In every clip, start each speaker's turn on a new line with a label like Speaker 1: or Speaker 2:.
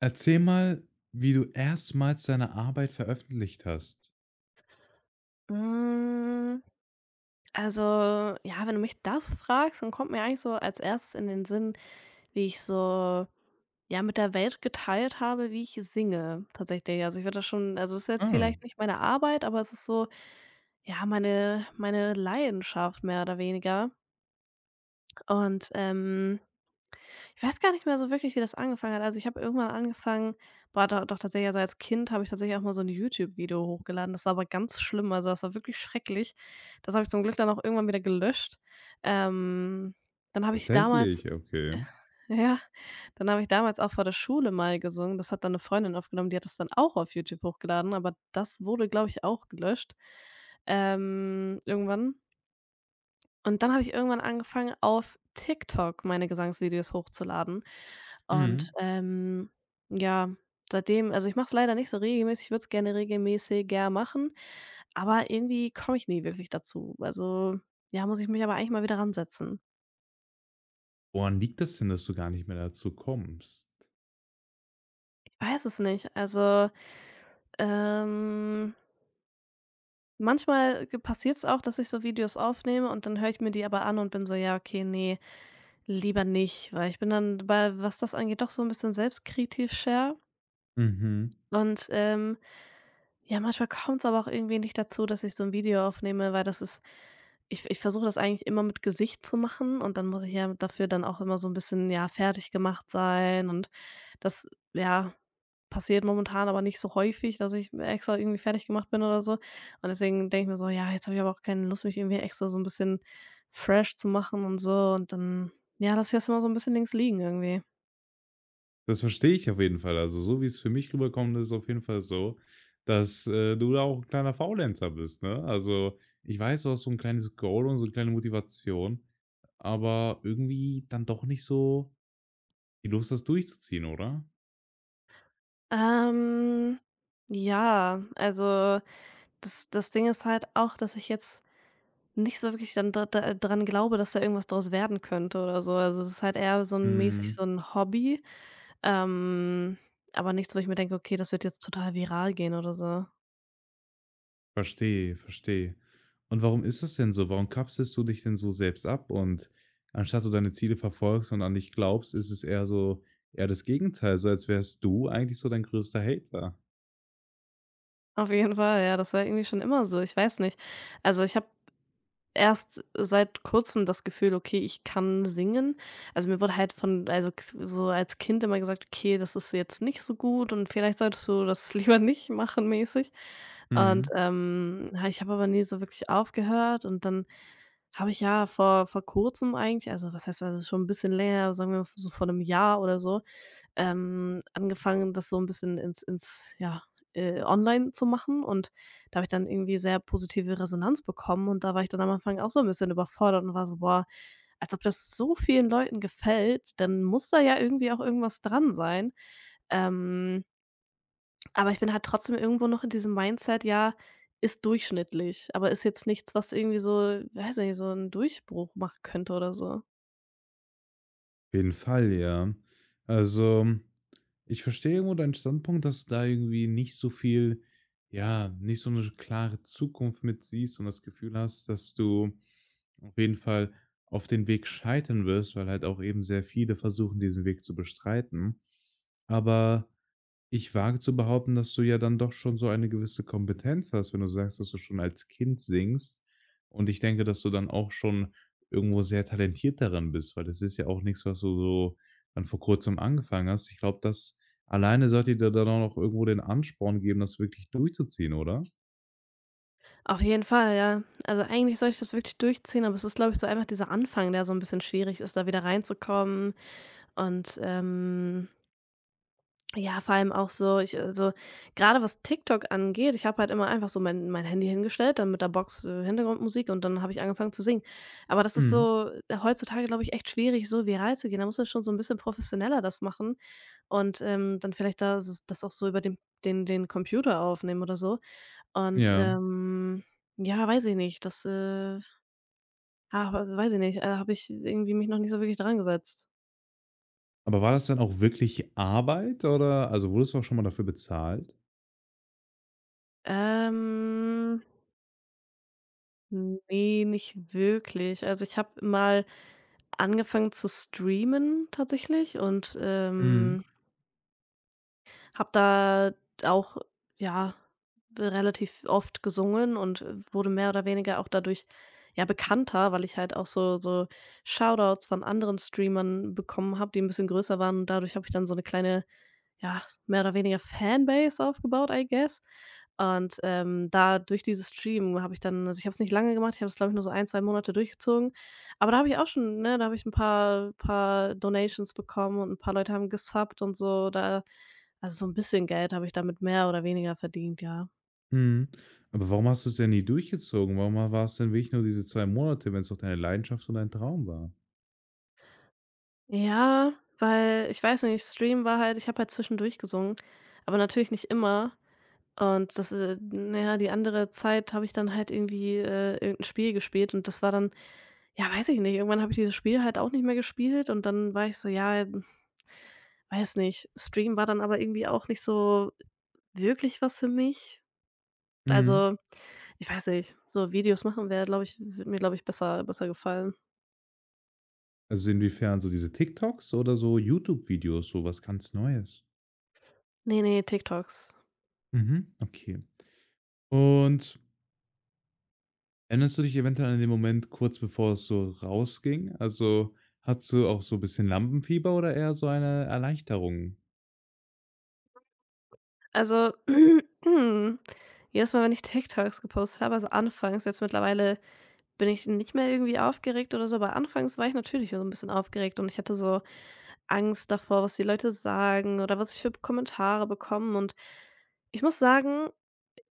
Speaker 1: Erzähl mal, wie du erstmals deine Arbeit veröffentlicht hast.
Speaker 2: Hm, also, ja, wenn du mich das fragst, dann kommt mir eigentlich so als Erstes in den Sinn, wie ich so, ja, mit der Welt geteilt habe, wie ich singe tatsächlich. Also, ich würde das schon also, es ist jetzt
Speaker 1: Ah,
Speaker 2: vielleicht nicht meine Arbeit, aber es ist so, ja, meine Leidenschaft mehr oder weniger und, ich weiß gar nicht mehr so wirklich, wie das angefangen hat. Also, ich habe irgendwann angefangen war do doch tatsächlich, also, als Kind habe ich tatsächlich auch mal so ein YouTube-Video hochgeladen. Das war aber ganz schlimm, also, das war wirklich schrecklich. Das habe ich zum Glück dann auch irgendwann wieder gelöscht. Ähm, dann habe ich damals
Speaker 1: tatsächlich, okay.
Speaker 2: ja, dann habe ich damals auch vor der Schule mal gesungen. Das hat dann eine Freundin aufgenommen, die hat das dann auch auf YouTube hochgeladen, aber das wurde, glaube ich, auch gelöscht, irgendwann. Und dann habe ich irgendwann angefangen, auf TikTok meine Gesangsvideos hochzuladen. Und,
Speaker 1: Mhm.
Speaker 2: ja, ich mache es leider nicht so regelmäßig. Ich würde es gerne regelmäßiger machen, aber irgendwie komme ich nie wirklich dazu. Also, ja, muss ich mich aber eigentlich mal wieder ransetzen.
Speaker 1: Woran liegt das denn, dass du gar nicht mehr dazu kommst?
Speaker 2: Ich weiß es nicht. Also, ähm, manchmal passiert es auch, dass ich so Videos aufnehme und dann höre ich mir die aber an und bin so: „Ja, okay, nee, lieber nicht“, weil ich bin dann bei was das angeht, doch so ein bisschen selbstkritischer
Speaker 1: Mhm.
Speaker 2: und, ähm Ja, manchmal kommt es aber auch irgendwie nicht dazu, dass ich so ein Video aufnehme, weil das ist ich versuche das eigentlich immer mit Gesicht zu machen und dann muss ich ja dafür dann auch immer so ein bisschen, ja, fertig gemacht sein und das, ja, passiert momentan aber nicht so häufig, dass ich extra irgendwie fertig gemacht bin oder so. Und deswegen denke ich mir so: „Ja, jetzt habe ich aber auch keine Lust, mich irgendwie extra so ein bisschen fresh zu machen und so“ und dann, ja, lasse ich das immer so ein bisschen links liegen irgendwie.
Speaker 1: Das verstehe ich auf jeden Fall. Also, so wie es für mich rüberkommt, ist es auf jeden Fall so, dass, du da auch 'n kleiner Faulenzer bist, ne? Also, ich weiß, du hast so ein kleines Goal und so eine kleine Motivation, aber irgendwie dann doch nicht so die Lust, das durchzuziehen, oder?
Speaker 2: Ähm, ja, also, das Ding ist halt auch, dass ich jetzt nicht so wirklich dann da dran glaube, dass da irgendwas draus werden könnte oder so. Also, es ist halt eher so ein mäßig
Speaker 1: Mhm.
Speaker 2: so ein Hobby, ähm, aber nichts, wo ich mir denke: „Okay, das wird jetzt total viral gehen“ oder so.
Speaker 1: Verstehe, verstehe. Und warum ist das denn so? Warum kapselst du dich denn so selbst ab und anstatt du deine Ziele verfolgst und an dich glaubst, ist es eher so eher das Gegenteil, so als wärst du eigentlich so dein größter Hater.
Speaker 2: Auf jeden Fall, ja, das war irgendwie schon immer so, ich weiß nicht. Also, ich habe erst seit Kurzem das Gefühl, okay, ich kann singen. Also, mir wurde halt von also, k so als Kind immer gesagt: „Okay, das ist jetzt nicht so gut und vielleicht solltest du das lieber nicht machen“, mäßig. Und,
Speaker 1: Mhm.
Speaker 2: ha ich habe aber nie so wirklich aufgehört und dann habe ich ja vor Kurzem eigentlich also, was heißt also, schon ein bisschen länger, sagen wir so vor einem Jahr oder so, angefangen, das so ein bisschen ins ja, online zu machen und da habe ich dann irgendwie sehr positive Resonanz bekommen und da war ich dann am Anfang auch so ein bisschen überfordert und war so: „Boah, als ob das so vielen Leuten gefällt, dann muss da ja irgendwie auch irgendwas dran sein.“ Ähm aber ich bin halt trotzdem irgendwo noch in diesem Mindset, ja, ist durchschnittlich, aber ist jetzt nichts, was irgendwie so, weiß nicht, so einen Durchbruch machen könnte oder so.
Speaker 1: Auf jeden Fall, ja. Also, ich verstehe irgendwo deinen Standpunkt, dass du da irgendwie nicht so viel, ja, nicht so eine klare Zukunft mit siehst und das Gefühl hast, dass du auf jeden Fall auf den Weg scheitern wirst, weil halt auch eben sehr viele versuchen, diesen Weg zu bestreiten. Aber ich wage zu behaupten, dass du ja dann doch schon so eine gewisse Kompetenz hast, wenn du sagst, dass du schon als Kind singst. Und ich denke, dass du dann auch schon irgendwo sehr talentiert darin bist, weil das ist ja auch nichts, was du so dann vor Kurzem angefangen hast. Ich glaube, das alleine sollte dir dann auch noch irgendwo den Ansporn geben, das wirklich durchzuziehen, oder?
Speaker 2: Auf jeden Fall, ja. Also, eigentlich sollte ich das wirklich durchziehen, aber es ist, glaube ich, so einfach dieser Anfang, der so ein bisschen schwierig ist, da wieder reinzukommen und, ja, vor allem auch so ich also, gerade was TikTok angeht, ich habe halt immer einfach so mein Handy hingestellt, dann mit der Box, Hintergrundmusik und dann habe ich angefangen zu singen. Aber das ist
Speaker 1: Mhm.
Speaker 2: so heutzutage, glaube ich, echt schwierig, so viral zu gehen. Da muss man schon so ein bisschen professioneller das machen und, dann vielleicht da s das auch so über den den Computer aufnehmen oder so. Und,
Speaker 1: Ja.
Speaker 2: ja, weiß ich nicht, weiß ich nicht, habe ich irgendwie mich noch nicht so wirklich dran gesetzt.
Speaker 1: Aber war das dann auch wirklich Arbeit oder also wurdest du auch schon mal dafür bezahlt?
Speaker 2: Ähm Nee, nicht wirklich. Also, ich habe mal angefangen zu streamen tatsächlich und,
Speaker 1: Mhm.
Speaker 2: habe da auch, ja, relativ oft gesungen und wurde mehr oder weniger auch dadurch, ja, bekannter, weil ich halt auch so Shoutouts von anderen Streamern bekommen habe, die ein bisschen größer waren und dadurch habe ich dann so eine kleine, ja, mehr oder weniger Fanbase aufgebaut, I guess. Und, da durch dieses Streamen habe ich dann also, ich habe es nicht lange gemacht, ich habe es, glaube ich, nur so ein 2 Monate durchgezogen. Aber da habe ich auch schon, ne, da habe ich ein paar Donations bekommen und ein paar Leute haben gesubbt und so. Da also, so ein bisschen Geld habe ich damit mehr oder weniger verdient, ja.
Speaker 1: Mhm. Aber warum hast du es denn nie durchgezogen? Warum war es denn wirklich nur diese 2 Monate, wenn es doch deine Leidenschaft und dein Traum war?
Speaker 2: Ja, weil ich weiß nicht, Stream war halt ich habe halt zwischendurch gesungen, aber natürlich nicht immer. Und das, na ja, die andere Zeit habe ich dann halt irgendwie, irgend Spiel gespielt und das war dann ja, weiß ich nicht, irgendwann habe ich dieses Spiel halt auch nicht mehr gespielt und dann war ich so: „Ja, hm, weiß nicht.“ Stream war dann aber irgendwie auch nicht so wirklich was für mich.
Speaker 1: Mhm.
Speaker 2: Also, ich weiß nicht, so Videos machen wäre, glaube ich, würde mir, glaube ich, besser gefallen.
Speaker 1: Also, inwiefern so diese TikToks oder so YouTube-Videos, so was ganz Neues?
Speaker 2: Nee, nee, TikToks.
Speaker 1: Mhm, okay. Und erinnerst du dich eventuell an den Moment kurz bevor es so rausging? Also, hattest du auch so ein bisschen Lampenfieber oder eher so eine Erleichterung?
Speaker 2: Also, jedes Mal, wenn ich TikToks gepostet habe, also anfangs, jetzt mittlerweile bin ich nicht mehr irgendwie aufgeregt oder so, aber anfangs war ich natürlich so ein bisschen aufgeregt und ich hatte so Angst davor, was die Leute sagen oder was ich für Kommentare bekomme. Und ich muss sagen,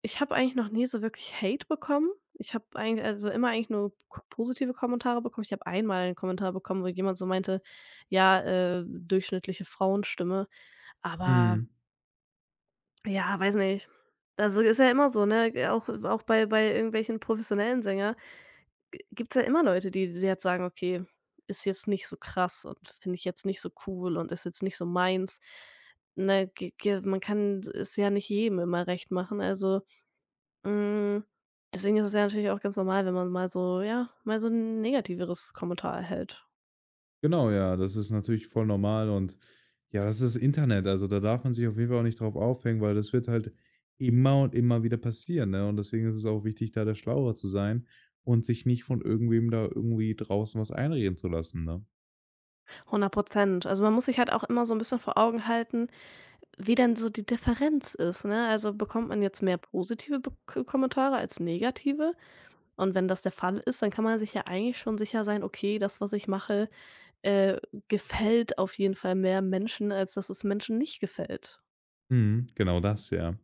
Speaker 2: ich habe eigentlich noch nie so wirklich Hate bekommen. Ich habe eigentlich also immer eigentlich nur k positive Kommentare bekommen. Ich habe einmal einen Kommentar bekommen, wo jemand so meinte: „Ja, durchschnittliche Frauenstimme“, aber
Speaker 1: Mhm.
Speaker 2: ja, weiß nicht. Also, ist ja immer so, ne, auch bei irgendwelchen professionellen Sängern gibt es ja immer Leute, die jetzt sagen: „Okay, ist jetzt nicht so krass und finde ich jetzt nicht so cool und ist jetzt nicht so meins.“ Ne, ge ge man kann es ja nicht jedem immer recht machen. Also, hm, deswegen ist es ja natürlich auch ganz normal, wenn man mal so ja, mal so 'n negativeres Kommentar erhält.
Speaker 1: Genau, ja, das ist natürlich voll normal und ja, das ist das Internet. Also, da darf man sich auf jeden Fall auch nicht drauf aufhängen, weil das wird halt immer und immer wieder passieren, ne? Und deswegen ist es auch wichtig, da der Schlauere zu sein und sich nicht von irgendwem da irgendwie draußen was einreden zu lassen, ne?
Speaker 2: 100. Also, man muss sich halt auch immer so ein bisschen vor Augen halten, wie denn so die Differenz ist, ne? Also, bekommt man jetzt mehr positive Be Kommentare als negative? Und wenn das der Fall ist, dann kann man sich ja eigentlich schon sicher sein: „Okay, das, was ich mache, äh, gefällt auf jeden Fall mehr Menschen, als dass es Menschen nicht gefällt.“
Speaker 1: Mhm, genau das, ja.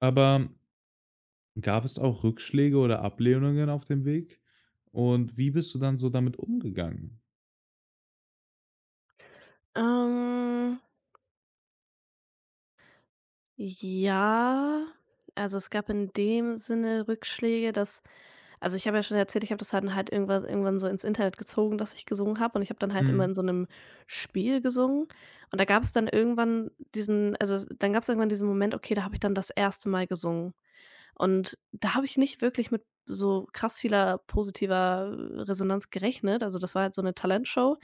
Speaker 1: Aber gab es auch Rückschläge oder Ablehnungen auf dem Weg? Und wie bist du dann so damit umgegangen?
Speaker 2: Ähm, ja, also, es gab in dem Sinne Rückschläge, dass also, ich habe ja schon erzählt, ich habe das dann halt irgendwann so ins Internet gezogen, dass ich gesungen habe und ich habe dann halt immer
Speaker 1: Mhm.
Speaker 2: in so einem Spiel gesungen und da gab es dann irgendwann diesen also, dann gab es irgendwann diesen Moment, okay, da habe ich dann das erste Mal gesungen. Und da habe ich nicht wirklich mit so krass vieler positiver Resonanz gerechnet. Also, das war halt so eine Talentshow,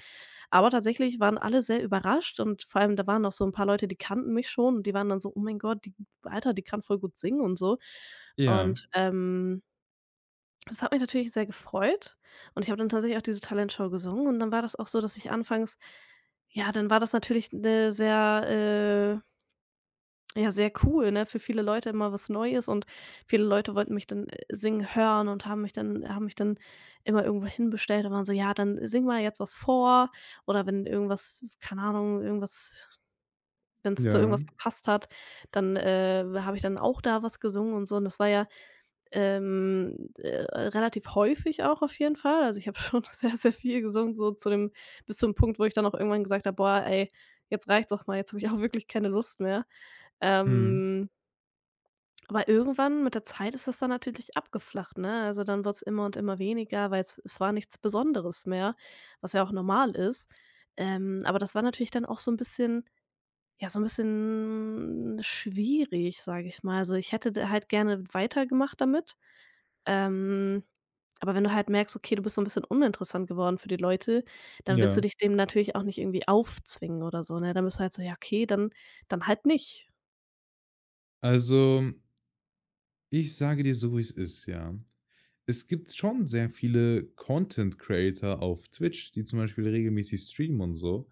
Speaker 2: aber tatsächlich waren alle sehr überrascht und vor allem, da waren auch so ein paar Leute, die kannten mich schon und die waren dann so: „Oh mein Gott, die Alter, die kann voll gut singen und so.“
Speaker 1: Ja,
Speaker 2: Und, das hat mich natürlich sehr gefreut und ich habe dann tatsächlich auch diese Talentshow gesungen und dann war das auch so, dass ich anfangs ja, dann war das natürlich eine sehr, ja, sehr cool, ne? Für viele Leute immer was Neues und viele Leute wollten mich dann, singen hören und haben mich dann immer irgendwo hinbestellt und waren so: „Ja, dann sing mal jetzt was vor“ oder wenn irgendwas keine Ahnung, irgendwas wenn es zu
Speaker 1: ja,
Speaker 2: irgendwas gepasst hat, dann, habe ich dann auch da was gesungen und so und das war ja, ähm, äh, relativ häufig auch auf jeden Fall. Also, ich habe schon sehr, sehr viel gesungen, so zu dem bis zum Punkt, wo ich dann auch irgendwann gesagt habe: „Boah, ey, jetzt reicht's doch mal, jetzt habe ich auch wirklich keine Lust mehr.“
Speaker 1: mhm,
Speaker 2: Ähm aber irgendwann mit der Zeit ist das dann natürlich abgeflacht, ne? Also, dann wird's immer und immer weniger, weil es war nichts Besonderes mehr, was ja auch normal ist. Aber das war natürlich dann auch so ein bisschen ja, so ein bisschen schwierig, sage ich mal. Also, ich hätte da halt gerne weitergemacht damit. Ähm, aber wenn du halt merkst, okay, du bist so ein bisschen uninteressant geworden für die Leute, dann willst du
Speaker 1: ja.
Speaker 2: dich dem natürlich auch nicht irgendwie aufzwingen oder so, ne? Dann bist du halt so: „Ja, okay, dann halt nicht.“
Speaker 1: Also, ich sage dir so, wie es ist, ja. Es gibt schon sehr viele Content Creator auf Twitch, die zum Beispiel regelmäßig streamen und so.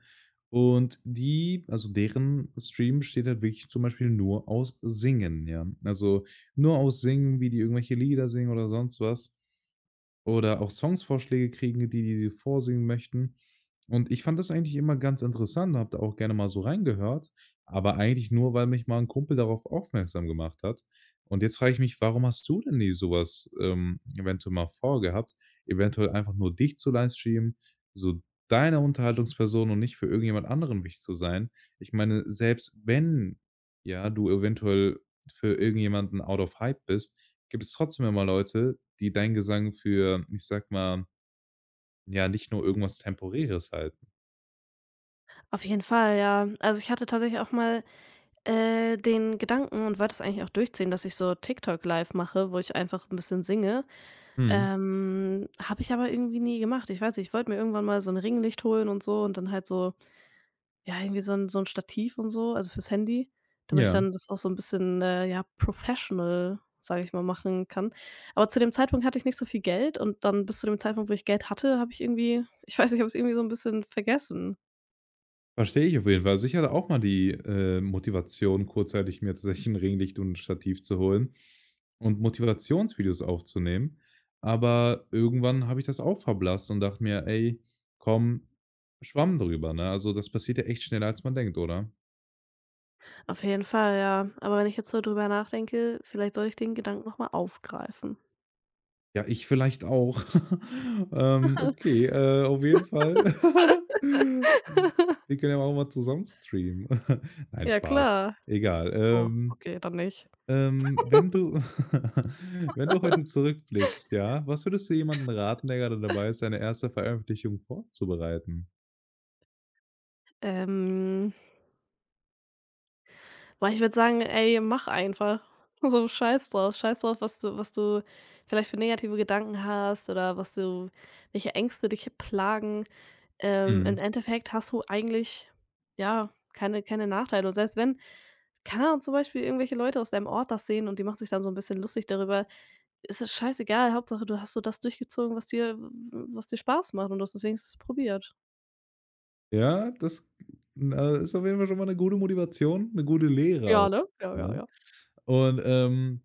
Speaker 1: Und die, also deren Stream besteht halt wirklich zum Beispiel nur aus Singen, ja. Also, nur aus Singen, wie die irgendwelche Lieder singen oder sonst was. Oder auch Songsvorschläge kriegen, die die vorsingen möchten. Und ich fand das eigentlich immer ganz interessant, habe da auch gerne mal so reingehört, aber eigentlich nur, weil mich mal ein Kumpel darauf aufmerksam gemacht hat. Und jetzt frage ich mich, warum hast du denn nie sowas, eventuell mal vorgehabt? Eventuell einfach nur dich zu livestreamen, so deine Unterhaltungsperson und nicht für irgendjemand anderen wichtig zu sein. Ich meine, selbst wenn, ja, du eventuell für irgendjemanden out of hype bist, gibt es trotzdem immer Leute, die deinen Gesang für, ich sag mal, ja, nicht nur irgendwas Temporäres halten.
Speaker 2: Auf jeden Fall, ja. Also, ich hatte tatsächlich auch mal den Gedanken und wollte es eigentlich auch durchziehen, dass ich so TikTok live mache, wo ich einfach ein bisschen singe.
Speaker 1: Mhm.
Speaker 2: Habe ich aber irgendwie nie gemacht. Ich weiß nicht, ich wollte mir irgendwann mal so ein Ringlicht holen und so und dann halt so ja, irgendwie so 'n Stativ und so, also fürs Handy, damit ich
Speaker 1: Ja,
Speaker 2: dann das auch so ein bisschen, ja, professional, sage ich mal, machen kann. Aber zu dem Zeitpunkt hatte ich nicht so viel Geld und dann bis zu dem Zeitpunkt, wo ich Geld hatte, habe ich irgendwie ich weiß nicht, habe es irgendwie so ein bisschen vergessen.
Speaker 1: verstehe ich auf jeden Fall. Also, ich hatte auch mal die, Motivation, kurzzeitig mir tatsächlich ein Ringlicht und ein Stativ zu holen und Motivationsvideos aufzunehmen. Aber irgendwann habe ich das auch verblasst und dachte mir: „Ey, komm, Schwamm drüber“, ne? Also, das passiert ja echt schneller, als man denkt, oder?
Speaker 2: Auf jeden Fall, ja. Aber wenn ich jetzt so drüber nachdenke, vielleicht soll ich den Gedanken noch mal aufgreifen.
Speaker 1: Ja, ich vielleicht auch. Okay, auf jeden Fall. Wir können ja auch mal zusammen streamen. Nein,
Speaker 2: Ja
Speaker 1: Spaß.
Speaker 2: klar.
Speaker 1: Egal.
Speaker 2: Oh, okay, dann nicht.
Speaker 1: Wenn du wenn du heute zurückblickst, ja, was würdest du jemandem raten, der gerade dabei ist, seine erste Veröffentlichung vorzubereiten?
Speaker 2: Ähm, boah, ich würde sagen, ey, mach einfach. So scheiß drauf. Scheiß drauf, was du vielleicht für negative Gedanken hast oder was du welche Ängste dich plagen. Im
Speaker 1: Mhm.
Speaker 2: Endeffekt hast du eigentlich, ja, keine Nachteile. Und selbst wenn keine Ahnung, zum Beispiel irgendwelche Leute aus deinem Ort das sehen und die machen sich dann so ein bisschen lustig darüber. Ist es scheißegal, Hauptsache, du hast so das durchgezogen, was dir Spaß macht und du hast es wenigstens probiert.
Speaker 1: Ja, das, na, ist auf jeden Fall schon mal eine gute Motivation, eine gute Lehre auch,
Speaker 2: Ja, ne? Ja, ja,
Speaker 1: oder?
Speaker 2: ja.
Speaker 1: Und,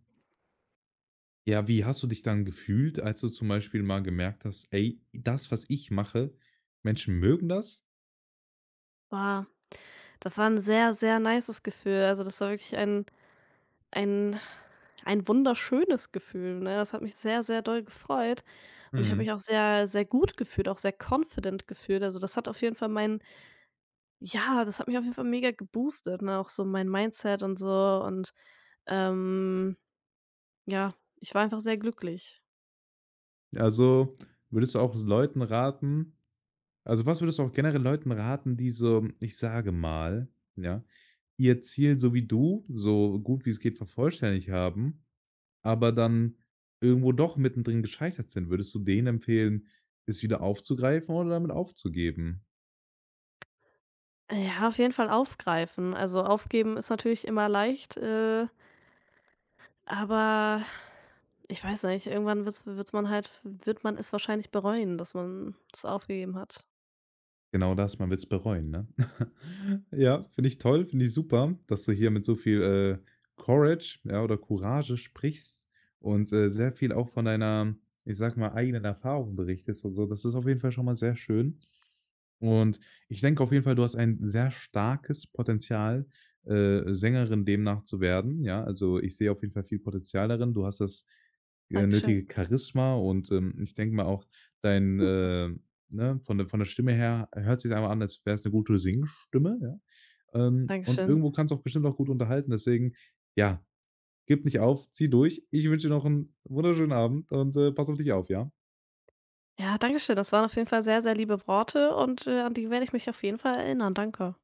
Speaker 1: ja, wie hast du dich dann gefühlt, als du zum Beispiel mal gemerkt hast: „Ey, das, was ich mache, Menschen mögen das?“
Speaker 2: Wow, das war ein sehr, sehr nices Gefühl. Also, das war wirklich ein ein wunderschönes Gefühl, ne? Das hat mich sehr, sehr doll gefreut und ich habe mich
Speaker 1: Mhm.
Speaker 2: auch sehr, sehr gut gefühlt, auch sehr confident gefühlt. Also, das hat auf jeden Fall mein ja, das hat mich auf jeden Fall mega geboostet, ne? Auch so mein Mindset und so und, ähm, ja, ich war einfach sehr glücklich.
Speaker 1: Also, würdest du auch Leuten raten, also, was würdest du auch generell Leuten raten, die so, ich sage mal, ja, ihr Ziel so wie du, so gut wie es geht vervollständigt haben, aber dann irgendwo doch mittendrin gescheitert sind? Würdest du denen empfehlen, es wieder aufzugreifen oder damit aufzugeben?
Speaker 2: Ja, auf jeden Fall aufgreifen. Also, aufgeben ist natürlich immer leicht, aber ich weiß nicht, irgendwann wird's wird's man halt wird man es wahrscheinlich bereuen, dass man es aufgegeben hat.
Speaker 1: Genau das, man wird's bereuen, ne? Ja, finde ich toll, finde ich super, dass du hier mit so viel, Courage, ja, oder Courage sprichst und, sehr viel auch von deiner, ich sag mal, eigenen Erfahrung berichtest und so. Das ist auf jeden Fall schon mal sehr schön. Und ich denke auf jeden Fall, du hast ein sehr starkes Potenzial, Sängerin demnach zu werden, ja? Also, ich sehe auf jeden Fall viel Potenzial darin. Du hast das,
Speaker 2: Dankeschön,
Speaker 1: nötige Charisma und, ich denke mal auch dein, ne, von der Stimme her hört sich einfach an, als wär's eine gute Singstimme, ja? Und
Speaker 2: Dankeschön.
Speaker 1: irgendwo kannst du auch bestimmt auch gut unterhalten. Deswegen, ja, gib nicht auf, zieh durch. Ich wünsche dir noch einen wunderschönen Abend und, pass auf dich auf, ja?
Speaker 2: Ja, Dankeschön. Das waren auf jeden Fall sehr, sehr liebe Worte und, an die werde ich mich auf jeden Fall erinnern. Danke.